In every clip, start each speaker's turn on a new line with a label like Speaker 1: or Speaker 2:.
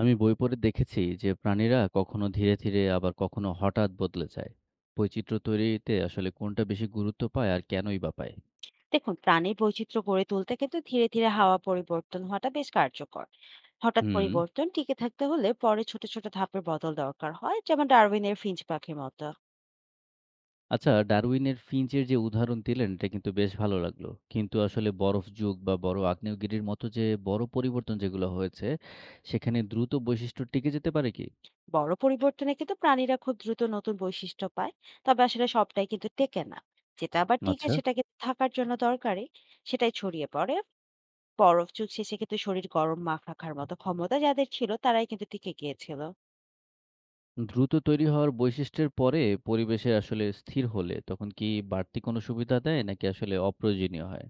Speaker 1: আমি বই পড়ে দেখেছি যে প্রাণীরা কখনো ধীরে ধীরে আবার কখনো হঠাৎ বদলে যায়। বৈচিত্র্য তৈরিতে আসলে কোনটা বেশি গুরুত্ব পায় আর কেনই বা পায়?
Speaker 2: দেখুন, প্রাণীর বৈচিত্র্য গড়ে তুলতে কিন্তু ধীরে ধীরে হাওয়া পরিবর্তন হওয়াটা বেশ কার্যকর। হঠাৎ
Speaker 1: হুম।
Speaker 2: পরিবর্তন টিকে থাকতে হলে পরে ছোট ছোট ধাপের বদল দরকার হয়, যেমন ডারউইনের ফিঞ্চ পাখির মতো।
Speaker 1: আচ্ছা, ডারউইনের ফিঞ্চের যে উদাহরণ দিলেন এটা কিন্তু বেশ ভালো লাগলো, কিন্তু আসলে বরফ যুগ বা বড় আগ্নেয়গিরির মতো যে বড় পরিবর্তন যেগুলো হয়েছে সেখানে দ্রুত বৈশিষ্ট্য টিকে যেতে পারে কি?
Speaker 2: বড় পরিবর্তনে কিন্তু প্রাণীরা খুব দ্রুত নতুন বৈশিষ্ট্য পায়। তবে আসলে সবটাই কিন্তু টেকে না। যেটা আবার টিকে
Speaker 1: আচ্ছা,
Speaker 2: সেটা কিন্তু থাকার জন্য দরকারি। সেটাই ছড়িয়ে পড়ে। বরফ যুগ শেষে কিন্তু শরীর গরম মাখ রাখার মতো ক্ষমতা যাদের ছিল, তারাই কিন্তু টিকে গিয়েছিল।
Speaker 1: দ্রুত তৈরি হওয়ার বৈশিষ্ট্যের পরে পরিবেশে আসলে স্থির হলে তখন কি বাড়তি কোনো সুবিধা দেয় নাকি আসলে অপ্রয়োজনীয় হয়?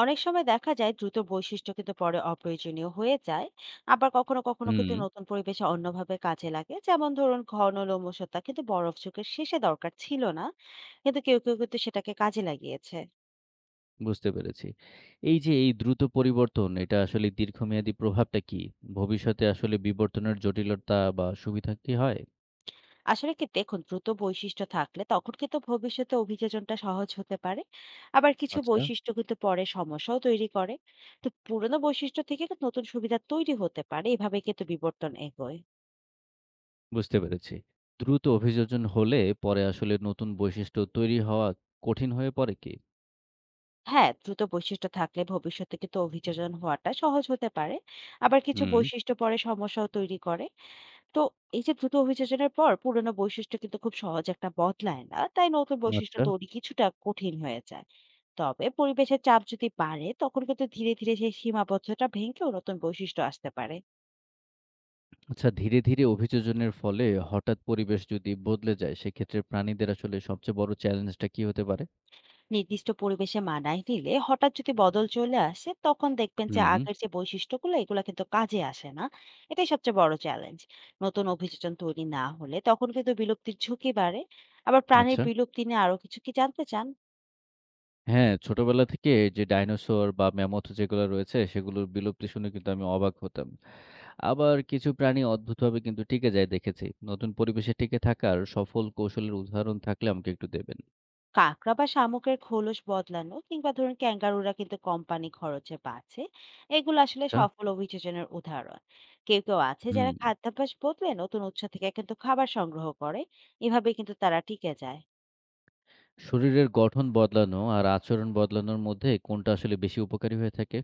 Speaker 2: অনেক সময় দেখা যায় দ্রুত বৈশিষ্ট্য কিন্তু পরে অপ্রয়োজনীয় হয়ে যায়। আবার কখনো কখনো
Speaker 1: হুম।
Speaker 2: কিন্তু নতুন পরিবেশে অন্যভাবে কাজে লাগে, যেমন ধরুন ঘন লোমশতা কিন্তু বরফ যুগের শেষে দরকার ছিল না, কিন্তু কেউ কেউ কিন্তু সেটাকে কাজে লাগিয়েছে।
Speaker 1: বুঝতে পেরেছি। এই যে এই দ্রুত পরিবর্তন, এটা আসলে দীর্ঘমেয়াদী প্রভাবটা কি? ভবিষ্যতে আসলে বিবর্তনের জটিলতা বা সুবিধা কি হয়?
Speaker 2: আসলে কি, দেখুন, দ্রুত বৈশিষ্ট্য থাকলে তখন কিন্তু ভবিষ্যতে অভিযোজনটা সহজ হতে পারে। আবার কিছু
Speaker 1: আচ্ছা,
Speaker 2: বৈশিষ্ট্য কিন্তু পরে সমস্যাও তৈরি করে। তো পুরোনো বৈশিষ্ট্য থেকে কিন্তু নতুন সুবিধা তৈরি হতে পারে, এভাবে কিন্তু বিবর্তন এগোয়।
Speaker 1: বুঝতে পেরেছি। দ্রুত অভিযোজন হলে পরে আসলে নতুন বৈশিষ্ট্য তৈরি হওয়া কঠিন হয়ে পড়ে কি?
Speaker 2: হ্যাঁ, দ্রুত বৈশিষ্ট্য থাকলে ভবিষ্যতে কিন্তু অভিযোজন হওয়াটা সহজ হতে পারে। আবার কিছু
Speaker 1: হুম,
Speaker 2: বৈশিষ্ট্য পরে সমস্যাও তৈরি করে। তো এই যে দ্রুত অভিযোজনের পর পুরোনো বৈশিষ্ট্য কিন্তু খুব সহজে একটা বদলায় না। তাই নতুন বৈশিষ্ট্য
Speaker 1: আচ্ছা।
Speaker 2: তৈরি কিছুটা কঠিন হয়ে যায়। তবে পরিবেশের চাপ যদি বাড়ে তখন কিন্তু ধীরে, ধীরে সেই সীমাবদ্ধতা ভেঙেও নতুন বৈশিষ্ট্য আসতে পারে।
Speaker 1: আচ্ছা, ধীরে, ধীরে অভিযোজনের ফলে হঠাৎ পরিবেশ যদি বদলে যায়, সেক্ষেত্রে প্রাণীদের আসলে সবচেয়ে বড় চ্যালেঞ্জটা কি হতে পারে?
Speaker 2: নির্দিষ্ট পরিবেশে মানায় নিলে হঠাৎ যদি বদল চলে আসে তখন দেখবেন যে
Speaker 1: হুম,
Speaker 2: আগের যে বৈশিষ্ট্যগুলো এগুলো কিন্তু কাজে আসে না। এটাই সবচেয়ে বড় চ্যালেঞ্জ। নতুন অভিযোজন তৈরি না হলে তখন কিন্তু বিলুপ্তির ঝুঁকি বাড়ে। আবার প্রাণীর
Speaker 1: আচ্ছা।
Speaker 2: বিলুপ্তি নিয়ে আরো কিছু কি জানতে চান?
Speaker 1: হ্যাঁ, ছোটবেলা থেকে এই যে ডাইনোসর বা ম্যামথ যেগুলো রয়েছে সেগুলোর বিলুপ্তি শুনে কিন্তু আমি অবাক হতাম। আবার কিছু প্রাণী অদ্ভুতভাবে কিন্তু টিকে যায় দেখেছি। নতুন পরিবেশে টিকে থাকার সফল কৌশলের উদাহরণ থাকলে আমাকে একটু দেবেন।
Speaker 2: কাঁকড়া বা শামুকের খোলস বদলানো, কিংবা ধরুন ক্যাঙ্গারুরা কিন্তু কোম্পানি খরচে বাঁচে। এগুলো আসলে
Speaker 1: আচ্ছা।
Speaker 2: সফল অভিযোজনের উদাহরণ। কেউ কেউ আছে যারা
Speaker 1: হুম।
Speaker 2: খাদ্যাভ্যাস বদলে নতুন উৎস থেকে কিন্তু খাবার সংগ্রহ করে। এভাবে কিন্তু তারা টিকে যায়।
Speaker 1: শরীরের গঠন বদলানো আর আচরণ বদলানোর মধ্যে কোনটা আসলে বেশি উপকারী হয়ে থাকে?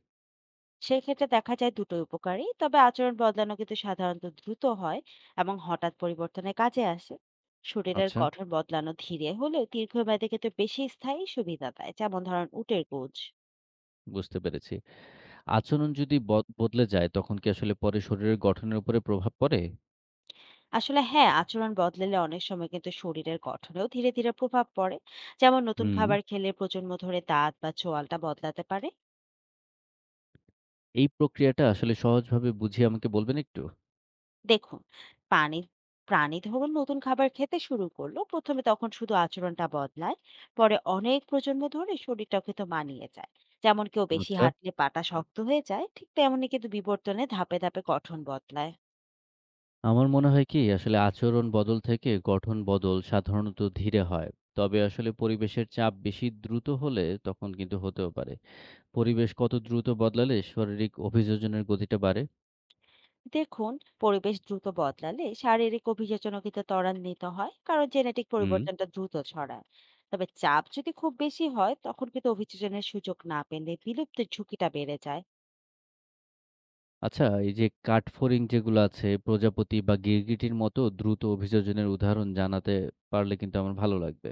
Speaker 2: সেক্ষেত্রে দেখা যায় দুটোই উপকারী, তবে আচরণ বদলানো কিন্তু সাধারণত দ্রুত হয় এবং হঠাৎ পরিবর্তনের কাজে আসে। শরীরের
Speaker 1: আচ্ছা,
Speaker 2: গঠন বদলানো ধীরে হলেও দীর্ঘমেয়াদে কিন্তু বেশি স্থায়ী সুবিধা দেয়, যেমন ধরেন উটের গুজ।
Speaker 1: বুঝতে পেরেছি। আচরণ যদি বদলে যায় তখন কি আসলে পরে শরীরের গঠনের উপরে প্রভাব পড়ে?
Speaker 2: আসলে হ্যাঁ, আচরণ বদলালে অনেক সময় কিন্তু শরীরের গঠনেও ধীরে ধীরে প্রভাব পড়ে। যেমন নতুন
Speaker 1: হুম।
Speaker 2: খাবার খেলে প্রজন্ম ধরে দাঁত বা চোয়ালটা বদলাতে পারে।
Speaker 1: এই প্রক্রিয়াটা আসলে সহজভাবে বুঝিয়ে আমাকে বলবেন একটু?
Speaker 2: দেখুন, প্রাণী প্রাণী ধরুন নতুন খাবার খেতে শুরু করলো, প্রথমে তখন শুধু আচরণটা বদলায়। পরে অনেক প্রজন্ম ধরে শরীরটা কিন্তু মানিয়ে যায়। যেমন কেউ বেশি
Speaker 1: আচ্ছা।
Speaker 2: হাঁটলে পাটা শক্ত হয়ে যায়, ঠিক তেমনি কিন্তু বিবর্তনে ধাপে ধাপে গঠন বদলায়।
Speaker 1: আমার মনে হয় কি আসলে আচরণ বদল থেকে গঠন বদল সাধারণত ধীরে হয়, তবে আসলে পরিবেশের চাপ বেশি দ্রুত হলে তখন কিন্তু হতেও পারে। পরিবেশ কত দ্রুত বদলালে শারীরিক অভিযোজনের গতিটা বাড়ে?
Speaker 2: দেখুন, পরিবেশ দ্রুত বদলালে শারীরিক অভিযোজনও কিন্তু ত্বরান্বিত হয়, কারণ জেনেটিক
Speaker 1: হুম।
Speaker 2: পরিবর্তনটা দ্রুত ছড়ায়। তবে চাপ যদি খুব বেশি হয় তখন কিন্তু অভিযোজনের সুযোগ না পেলে বিলুপ্তির ঝুঁকিটা বেড়ে যায়।
Speaker 1: আচ্ছা, এই যে কাঠফড়িং যেগুলো আছে প্রজাপতি বা গিরগিটির মতো দ্রুত অভিযোজনের উদাহরণ জানাতে পারলে কিন্তু আমার ভালো লাগবে।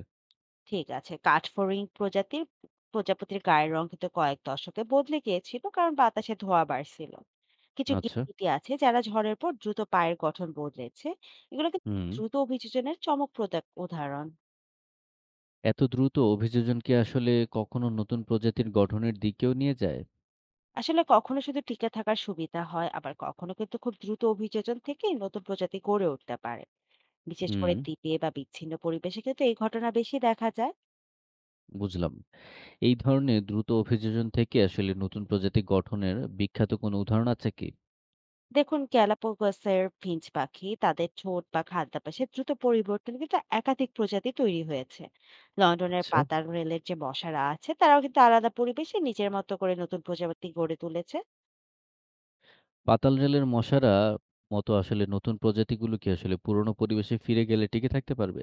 Speaker 2: ঠিক আছে, কাঠফড়িং প্রজাতির প্রজাপতির গায়ের রং কিন্তু কয়েক দশকে বদলে গিয়েছিল, কারণ বাতাসে ধোঁয়া বাড়ছিল। কিছু
Speaker 1: আচ্ছা।
Speaker 2: গিরগিটি আছে যারা ঝড়ের পর দ্রুত পায়ের গঠন বদলেছে। এগুলো কিন্তু
Speaker 1: হুম।
Speaker 2: দ্রুত অভিযোজনের চমকপ্রদ এক উদাহরণ।
Speaker 1: এত দ্রুত অভিযোজন কি আসলে কখনো নতুন প্রজাতির গঠনের দিকেও নিয়ে যায়?
Speaker 2: আসলে কখনো শুধু টিকে থাকার সুবিধা হয়, আবার কখনো কিন্তু খুব দ্রুত অভিযোজন থেকে নতুন প্রজাতি গড়ে উঠতে পারে। বিশেষ
Speaker 1: হুম,
Speaker 2: করে দ্বীপে বা বিচ্ছিন্ন পরিবেশে কিন্তু এই ঘটনা বেশি দেখা যায়।
Speaker 1: বুঝলাম। এই ধরনের দ্রুত অভিযোজন থেকে আসলে নতুন প্রজাতি গঠনের বিখ্যাত কোনো উদাহরণ আছে কি?
Speaker 2: দেখুন, গ্যালাপাগোসের ফিঞ্চ পাখি, তাদের ঠোঁট বা খাদ্যাভ্যাসে দ্রুত পরিবর্তন, কিন্তু একাধিক প্রজাতি তৈরি হয়েছে। লন্ডনের
Speaker 1: আচ্ছা,
Speaker 2: পাতার রেলের যে মশারা আছে তারাও কিন্তু আলাদা পরিবেশে নিজের মতো করে নতুন প্রজাতি গড়ে তুলেছে।
Speaker 1: পাতাল রেলের মশারা মতো আসলে নতুন প্রজাতিগুলো কি আসলে পুরনো পরিবেশে ফিরে গেলে টিকে থাকতে পারবে?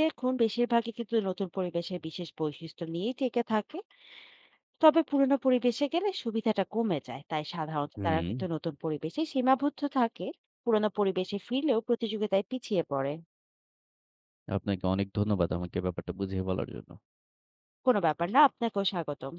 Speaker 2: দেখুন, বেশিরভাগই কিন্তু নতুন পরিবেশের বিশেষ বৈশিষ্ট্য নিয়েই টিকে থাকে। তবে পুরনো পরিবেশে গেলে সুবিধাটা কমে যায়, তাই সাধারণত তারা
Speaker 1: হুম।
Speaker 2: কিন্তু নতুন পরিবেশে সীমাবদ্ধ থাকে। পুরনো পরিবেশে ফিরলেও প্রতিযোগিতায় পিছিয়ে পড়ে।
Speaker 1: আপনাকে অনেক ধন্যবাদ আমাকে ব্যাপারটা বুঝিয়ে বলার জন্য।
Speaker 2: কোনো ব্যাপার না, আপনাকেও স্বাগতম।